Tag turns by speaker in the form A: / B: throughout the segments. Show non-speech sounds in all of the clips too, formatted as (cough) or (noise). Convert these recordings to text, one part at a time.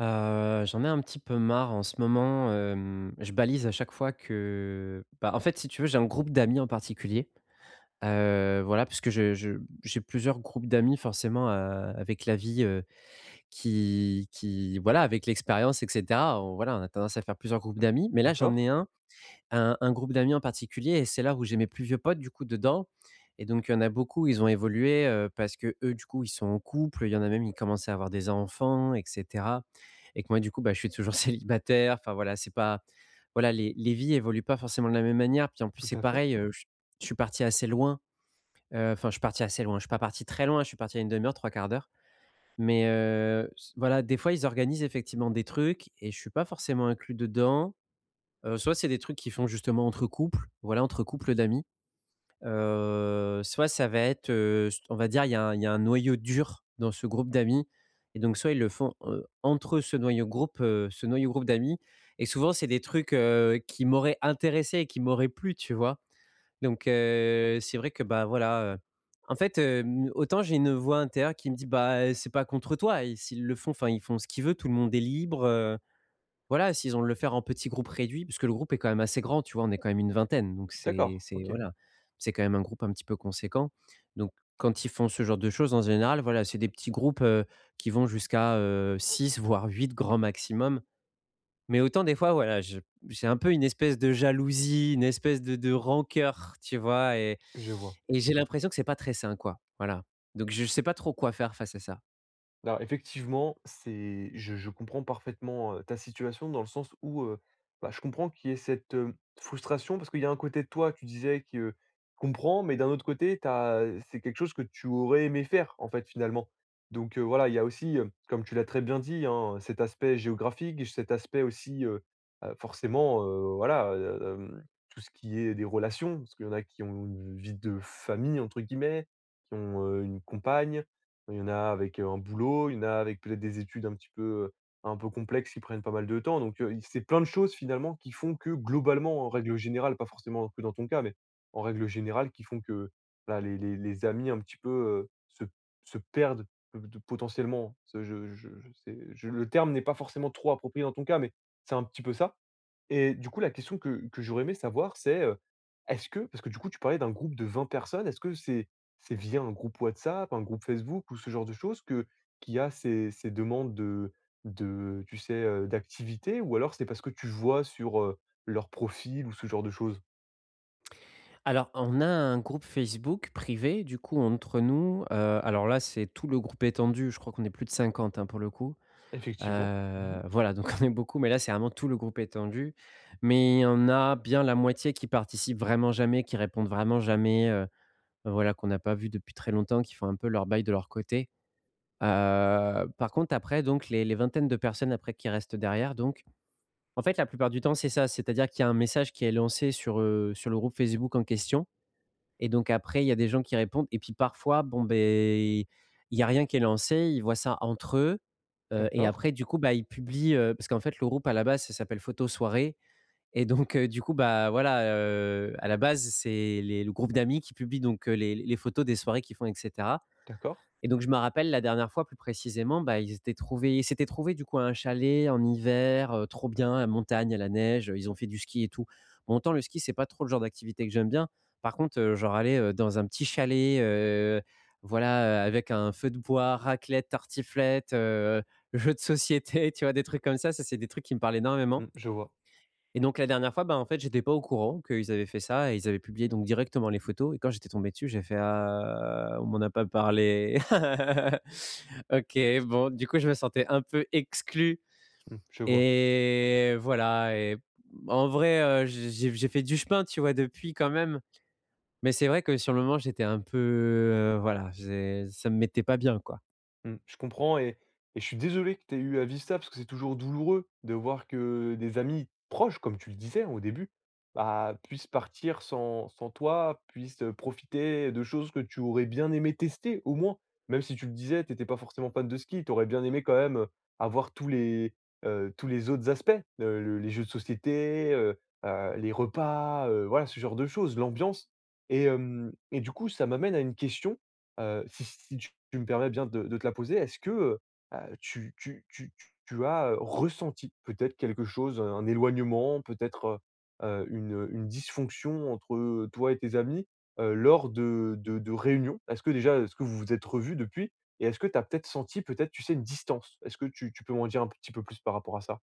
A: J'en ai un petit peu marre en ce moment, je balise à chaque fois que bah, en fait, si tu veux, j'ai un groupe d'amis en particulier, voilà, puisque je j'ai plusieurs groupes d'amis forcément, avec la vie, qui voilà, avec l'expérience et cetera, on, voilà, on a tendance à faire plusieurs groupes d'amis. Mais là, j'en
B: D'accord,
A: ai un groupe d'amis en particulier et c'est là où j'ai mes plus vieux potes du coup dedans. Et donc il y en a beaucoup, ils ont évolué, parce que eux du coup, ils sont en couple. Il y en a même, ils commençaient à avoir des enfants et cetera. Et que moi du coup, bah, je suis toujours (laughs) célibataire. Enfin voilà, c'est pas, voilà, les vies évoluent pas forcément de la même manière. Puis en plus,
B: tout
A: c'est
B: à fait.
A: pareil, je suis parti assez loin. Enfin, je suis parti assez loin, je suis pas parti très loin, je suis parti à une demi heure, trois quarts d'heure. Mais s voilà, des fois, ils organisent effectivement des trucs et je suis pas forcément inclus dedans. Soit c'est des trucs qui font justement entre couples, voilà, entre couples d'amis. Soit ça va être, st on va dire, il y a un noyau dur dans ce groupe d'amis. Et donc soit ils le font, entre eux, ce noyau groupe d'amis. Et souvent c'est des trucs, qui m'auraient intéressé et qui m'auraient plu, tu vois? Donc c'est vrai que, bah, voilà, en fait, autant j'ai une voix intérieure qui me dit: «Bah, c'est pas contre toi, et s'ils le font, enfin, ils font ce qu'ils veulent, tout le monde est libre, euh, voilà, s'ils ont de le faire en petit groupe réduit, parce que le groupe est quand même assez grand, tu vois? On est quand même une vingtaine, donc c'est
B: D'accord,
A: c'est
B: OK,
A: voilà, c'est quand même un groupe un petit peu conséquent.» Donc quand ils font ce genre de choses, en général, voilà, c'est des petits groupes, qui vont jusqu'à, 6 voire 8 grand maximum. Mais autant des fois, voilà, je j'ai un peu une espèce de jalousie, une espèce de rancœur, tu vois? Et
B: je vois.
A: et j'ai l'impression que c'est pas très sain, quoi. Voilà. Donc je sais pas trop quoi faire face à ça.
B: Alors effectivement, c'est je comprends parfaitement, ta situation dans le sens où, bah, je comprends qu'il y ait cette, frustration parce qu'il y a un côté de toi, tu disais que comprends, mais d'un autre côté, t'as, c'est quelque chose que tu aurais aimé faire, en fait, finalement. Donc, voilà, il y a aussi, comme tu l'as très bien dit, hein, cet aspect géographique, cet aspect aussi, forcément, voilà, tout ce qui est des relations, parce qu'il y en a qui ont une vie de «famille» entre guillemets, qui ont, une compagne, il y en a avec, un boulot, il y en a avec peut-être des études un petit peu, un peu complexes qui prennent pas mal de temps donc c'est plein de choses finalement qui font que globalement, en règle générale, pas forcément que dans ton cas, mais en règle générale qui font que, voilà, les amis un petit peu, se perdent p de potentiellement. Ce je c'est je le terme n'est pas forcément trop approprié dans ton cas, mais c'est un petit peu ça. Et du coup, la question que j'aurais aimé savoir, c'est, est-ce que parce que du coup, tu parlais d'un groupe de 20 personnes, est-ce que c'est via un groupe WhatsApp, un groupe Facebook ou ce genre de choses que qu'il y a ces demandes de tu sais, d'activités? Ou alors c'est parce que tu vois sur, leur profil ou ce genre de choses?
A: Alors, on a un groupe Facebook privé, du coup, entre nous. Alors là, c'est tout le groupe étendu. Je crois qu'on est plus de 50, hein, pour le coup.
B: Effectivement. Mmh.
A: Voilà, donc (laughs) on est beaucoup, mais là, c'est vraiment tout le groupe étendu. Mais il y en a bien la moitié qui participent vraiment jamais, qui répondent vraiment jamais, voilà, qu'on n'a pas vu depuis très longtemps, qui font un peu leur bail de leur côté. Par contre, après, donc les vingtaines de personnes après qui restent derrière, donc en fait, la plupart du temps, c'est ça. C'est-à-dire qu'il y a un message qui est lancé sur le groupe Facebook en question. Et donc après, il y a des gens qui répondent et puis parfois, bon, ben, il y a rien qui est lancé, ils voient ça entre eux, et
B: D'accord,
A: après du coup, bah, ils publient, parce qu'en fait, le groupe à la base, ça s'appelle Photo Soirée. Et donc du coup, bah, voilà, à la base, c'est les le groupe d'amis qui publie donc, les photos des soirées qu'ils font et cetera.
B: d'accord.
A: Et donc je me rappelle la dernière fois plus précisément, bah, ils s'étaient trouvés du coup un chalet en hiver, trop bien, à montagne, à la neige, ils ont fait du ski et tout. Bon, autant le ski, c'est pas trop le genre d'activité que j'aime bien. Par contre, genre aller, dans un petit chalet, voilà, avec un feu de bois, raclette, tartiflette, jeux de société, (laughs) tu vois? Des trucs comme ça, c'est des trucs qui me parlent énormément.
B: Mmh, je vois,
A: Et donc la dernière fois, bah, en fait, j'étais pas au courant qu'ils avaient fait ça et ils avaient publié donc directement les photos. Et quand j'étais tombé dessus, j'ai fait: «Ah, on m'en a pas parlé». (laughs) OK, bon, du coup, je me sentais un peu exclu
B: mmh, je vois.
A: et voilà. Et en vrai, j'ai fait du chemin, tu vois, depuis quand même, mais c'est vrai que sur le moment, j'étais un peu, voilà, j'ai ça me mettait pas bien, quoi.
B: Mmh, je comprends et je suis désolé que tu aies eu à vivre ça, parce que c'est toujours douloureux de voir que des amis proches, comme tu le disais au début, bah, puissent partir sans toi, puissent, profiter de choses que tu aurais bien aimé tester au moins. Même si tu le disais, tu étais pas forcément fan de ski, tu aurais bien aimé quand même, avoir tous les autres aspects, le les jeux de société, les repas, voilà ce genre de choses, l'ambiance et du coup, ça m'amène à une question. Si tu me permets bien de te la poser, est-ce que, tu as, ressenti peut-être quelque chose, un éloignement, peut-être, une dysfonction entre, toi et tes amis, lors de réunions? Est-ce que déjà est-ce que vous vous êtes revus depuis? Et est-ce que tu as peut-être senti, peut-être, tu sais, une distance? Est-ce que tu peux m'en dire un petit peu plus par rapport à ça?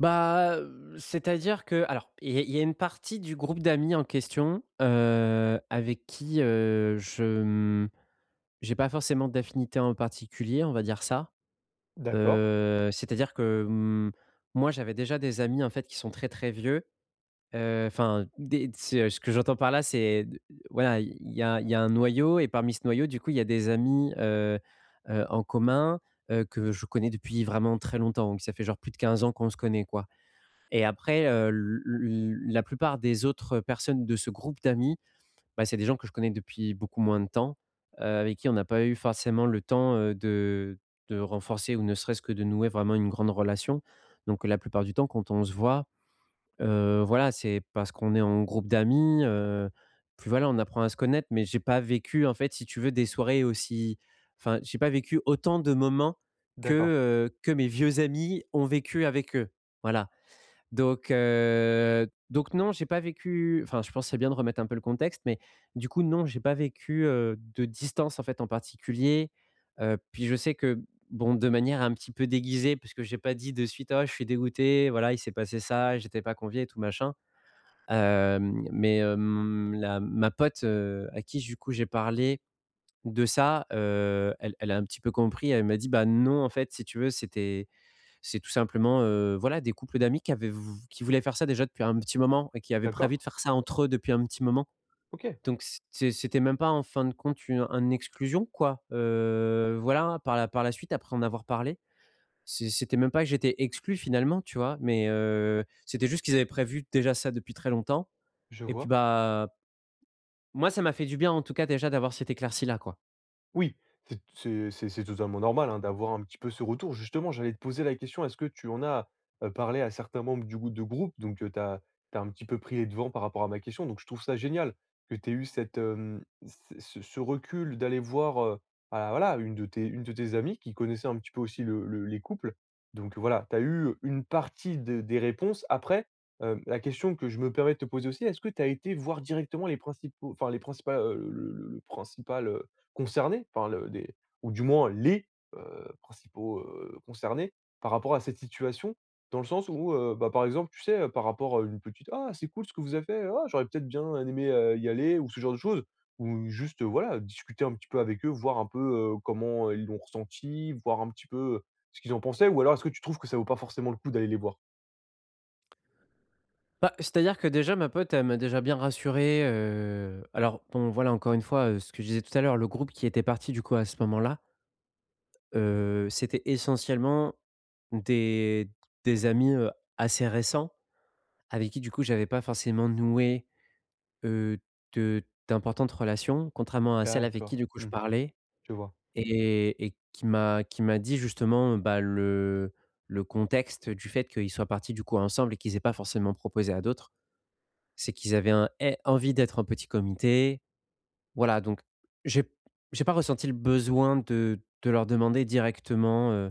A: Bah, c'est-à-dire que alors, il y a une partie du groupe d'amis en question, avec qui, j'ai pas forcément d'affinité en particulier, on va dire ça.
B: D'accord,
A: C'est-à-dire que, moi, j'avais déjà des amis, en fait, qui sont très, très vieux. Enfin, des ce ce que j'entends par là, c'est d voilà, il y a un noyau et parmi ce noyau, du coup, il y a des amis, en commun, que je connais depuis vraiment très longtemps. Donc ça fait genre plus de 15 ans qu'on se connaît, quoi. Et après, l l la plupart des autres personnes de ce groupe d'amis, bah, c'est des gens que je connais depuis beaucoup moins de temps, avec qui on n'a pas eu forcément le temps, de renforcer ou ne serait-ce que de nouer vraiment une grande relation. Donc la plupart du temps, quand on se voit, voilà, c'est parce qu'on est en groupe d'amis, puis voilà, on apprend à se connaître. Mais j'ai pas vécu, en fait, si tu veux, des soirées aussi, enfin, j'ai pas vécu autant de moments
B: d'accord,
A: que mes vieux amis ont vécu avec eux. Voilà. Donc non, j'ai pas vécu, enfin, je pense que c'est bien de remettre un peu le contexte, mais du coup, non, j'ai pas vécu, de distance, en fait, en particulier. Puis je sais que, bon, de manière un petit peu déguisée, parce que j'ai pas dit de suite: «Oh, je suis dégoûté, voilà, il s'est passé ça, j'étais pas convié et tout machin». Mais la ma pote, à qui, du coup, j'ai parlé de ça, elle a un petit peu compris. Elle m'a dit: «Bah non, en fait, si tu veux, c'était...» C'est tout simplement, voilà, des couples d'amis qui avaient vou qui voulaient faire ça déjà depuis un petit moment et qui avaient
B: d'accord.
A: prévu de faire ça entre eux depuis un petit moment.
B: OK,
A: Donc c'était même pas en fin de compte une un exclusion, quoi, voilà, par la suite, après en avoir parlé, c'était même pas que j'étais exclu finalement, tu vois? Mais, c'était juste qu'ils avaient prévu déjà ça depuis très longtemps.
B: je
A: Et puis,
B: vois.
A: bah, moi, ça m'a fait du bien en tout cas, déjà d'avoir cette éclaircie là, quoi.
B: Oui, c'est totalement normal, hein, d'avoir un petit peu ce retour. Justement, j'allais te poser la question, est-ce que tu en as, parlé à certains membres du gou de groupe? Donc, tu as un petit peu pris les devants par rapport à ma question, donc je trouve ça génial que tu aies eu cette, ce recul d'aller voir, bah, voilà, une de tes amies qui connaissait un petit peu aussi le les couples. Donc, voilà, tu as eu une partie de des réponses. Après, la question que je me permets de te poser aussi, est-ce que tu as été voir directement les principaux enfin les principales, le principal, concernés, enfin le des ou du moins les, principaux, concernés par rapport à cette situation. Dans le sens où, bah, par exemple, tu sais, par rapport à une petite: «Ah, c'est cool ce que vous avez fait, ah, j'aurais peut-être bien aimé, y aller» ou ce genre de choses. Ou juste, voilà, discuter un petit peu avec eux, voir un peu, comment, ils l'ont ressenti, voir un petit peu, ce qu'ils en pensaient. Ou alors est-ce que tu trouves que ça vaut pas forcément le coup d'aller les voir?
A: Bah, c'est-à-dire que déjà ma pote, elle m'a déjà bien rassuré. Alors bon, voilà, encore une fois, ce que je disais tout à l'heure, le groupe qui était parti du coup à ce moment-là, c'était essentiellement des des amis, assez récents avec qui du coup j'avais pas forcément noué, heu, de d'importantes relations, contrairement à celle avec qui
B: D'accord.
A: du coup je
B: Mmh.
A: parlais.
B: Je vois.
A: Et qui m'a dit justement, bah, le contexte du fait qu'ils soient partis du coup ensemble et qu'ils aient pas forcément proposé à d'autres. C'est qu'ils avaient un é envie d'être un petit comité. Voilà, donc j'ai j'ai pas ressenti le besoin de leur demander directement.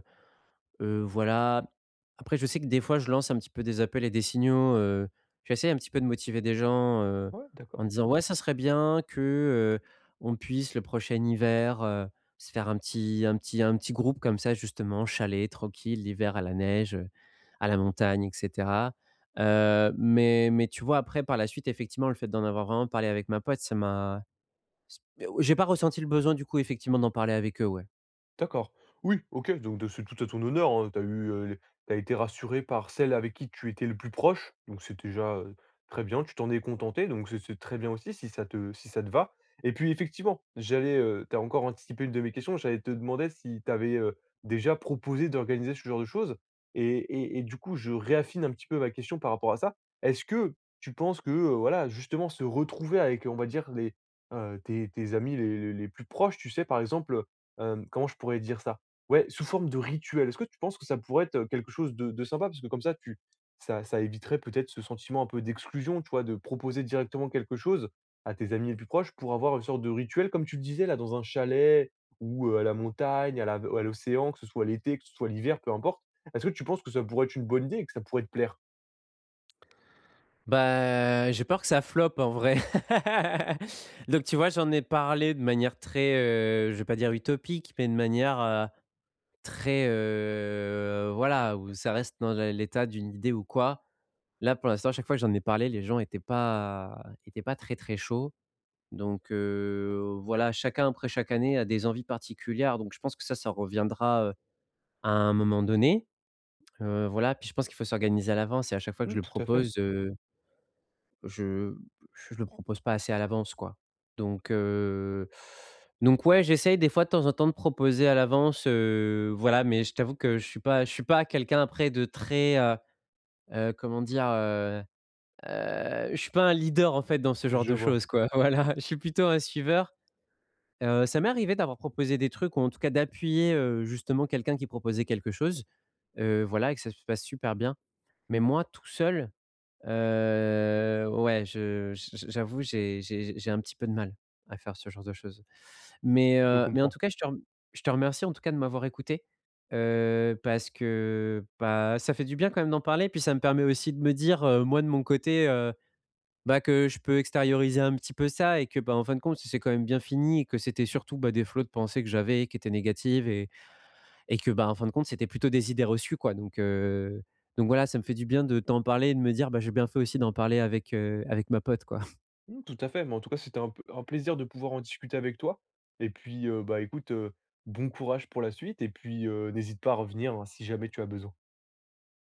A: Voilà. Après, je sais que des fois, je lance un petit peu des appels et des signaux, j'essaie un petit peu de motiver des gens,
B: Ouais,
A: en
B: d'accord.
A: disant: «Ouais, ça serait bien que, on puisse le prochain hiver, se faire un petit groupe comme ça justement, chalet tranquille, l'hiver à la neige, à la montagne et cetera». Mais tu vois, après par la suite, effectivement, le fait d'en avoir vraiment parlé avec ma pote, ça m'a j'ai pas ressenti le besoin du coup effectivement d'en parler avec eux, ouais.
B: D'accord. Oui, OK, donc de c'est tout à ton honneur, hein. Tu as eu, les tu été rassuré par celle avec qui tu étais le plus proche, donc c'est déjà, très bien. Tu t'en es contenté, donc c'est très bien aussi si ça te va. Et puis effectivement, j'allais, tu as encore anticipé une de mes questions, j'allais te demander si tu avais, déjà proposé d'organiser ce genre de choses et du coup, je réaffine un petit peu ma question par rapport à ça. Est-ce que tu penses que, voilà, justement se retrouver avec, on va dire les, tes tes amis les plus proches, tu sais, par exemple, comment je pourrais dire ça? Ouais, sous forme de rituel. Est-ce que tu penses que ça pourrait être, quelque chose de sympa? Parce que comme ça, tu ça ça éviterait peut-être ce sentiment un peu d'exclusion, tu vois? De proposer directement quelque chose à tes amis les plus proches pour avoir une sorte de rituel, comme tu le disais là, dans un chalet ou, à la montagne, à l'océan, que ce soit l'été, que ce soit l'hiver, peu importe. Est-ce que tu penses que ça pourrait être une bonne idée et que ça pourrait te plaire?
A: Bah, j'ai peur que ça floppe en vrai. (laughs) Donc tu vois, j'en ai parlé de manière très, je vais pas dire utopique, mais de manière, très, voilà, où ça reste dans la l'état d'une idée ou quoi. Là, pour l'instant, à chaque fois que j'en ai parlé, les gens étaient pas très, très chauds. Donc voilà, chacun après chaque année a des envies particulières. Donc je pense que ça reviendra, à un moment donné. Voilà, puis je pense qu'il faut s'organiser à l'avance. Et à chaque fois que
B: Mmh,
A: je le
B: tout à fait.
A: propose, euh, je je le propose pas assez à l'avance, quoi. Donc heu, donc ouais, j'essaye des fois de temps en temps de proposer à l'avance, voilà, mais je t'avoue que je suis pas quelqu'un après de très, comment dire? Je suis pas un leader en fait dans ce genre
B: Je
A: de
B: vois.
A: choses, quoi. (laughs) Voilà, je suis plutôt un suiveur. Ça m'est arrivé d'avoir proposé des trucs ou en tout cas d'appuyer, justement quelqu'un qui proposait quelque chose. Voilà, et que ça se passe super bien. Mais moi tout seul... Ouais, je j j'avoue, j'ai un petit peu de mal à faire ce genre de choses. Mais,
B: Je
A: heu, mais en
B: comprends.
A: tout cas, je te remercie en tout cas de m'avoir écouté, parce que, bah, ça fait du bien quand même d'en parler, puis ça me permet aussi de me dire, moi de mon côté, bah, que je peux extérioriser un petit peu ça. Et que, bah, en fin de compte, si c'est quand même bien fini et que c'était surtout, bah, des flots de pensées que j'avais qui étaient négatives. Et que, bah, en fin de compte, c'était plutôt des idées reçues, quoi. Donc voilà, ça me fait du bien de t'en parler et de me dire: «Bah, j'ai bien fait aussi d'en parler avec ma pote, quoi».
B: Mmh, tout à fait, mais en tout cas, c'était un plaisir de pouvoir en discuter avec toi et puis, bah, écoute, bon courage pour la suite et puis, n'hésite pas à revenir, hein, si jamais tu as besoin.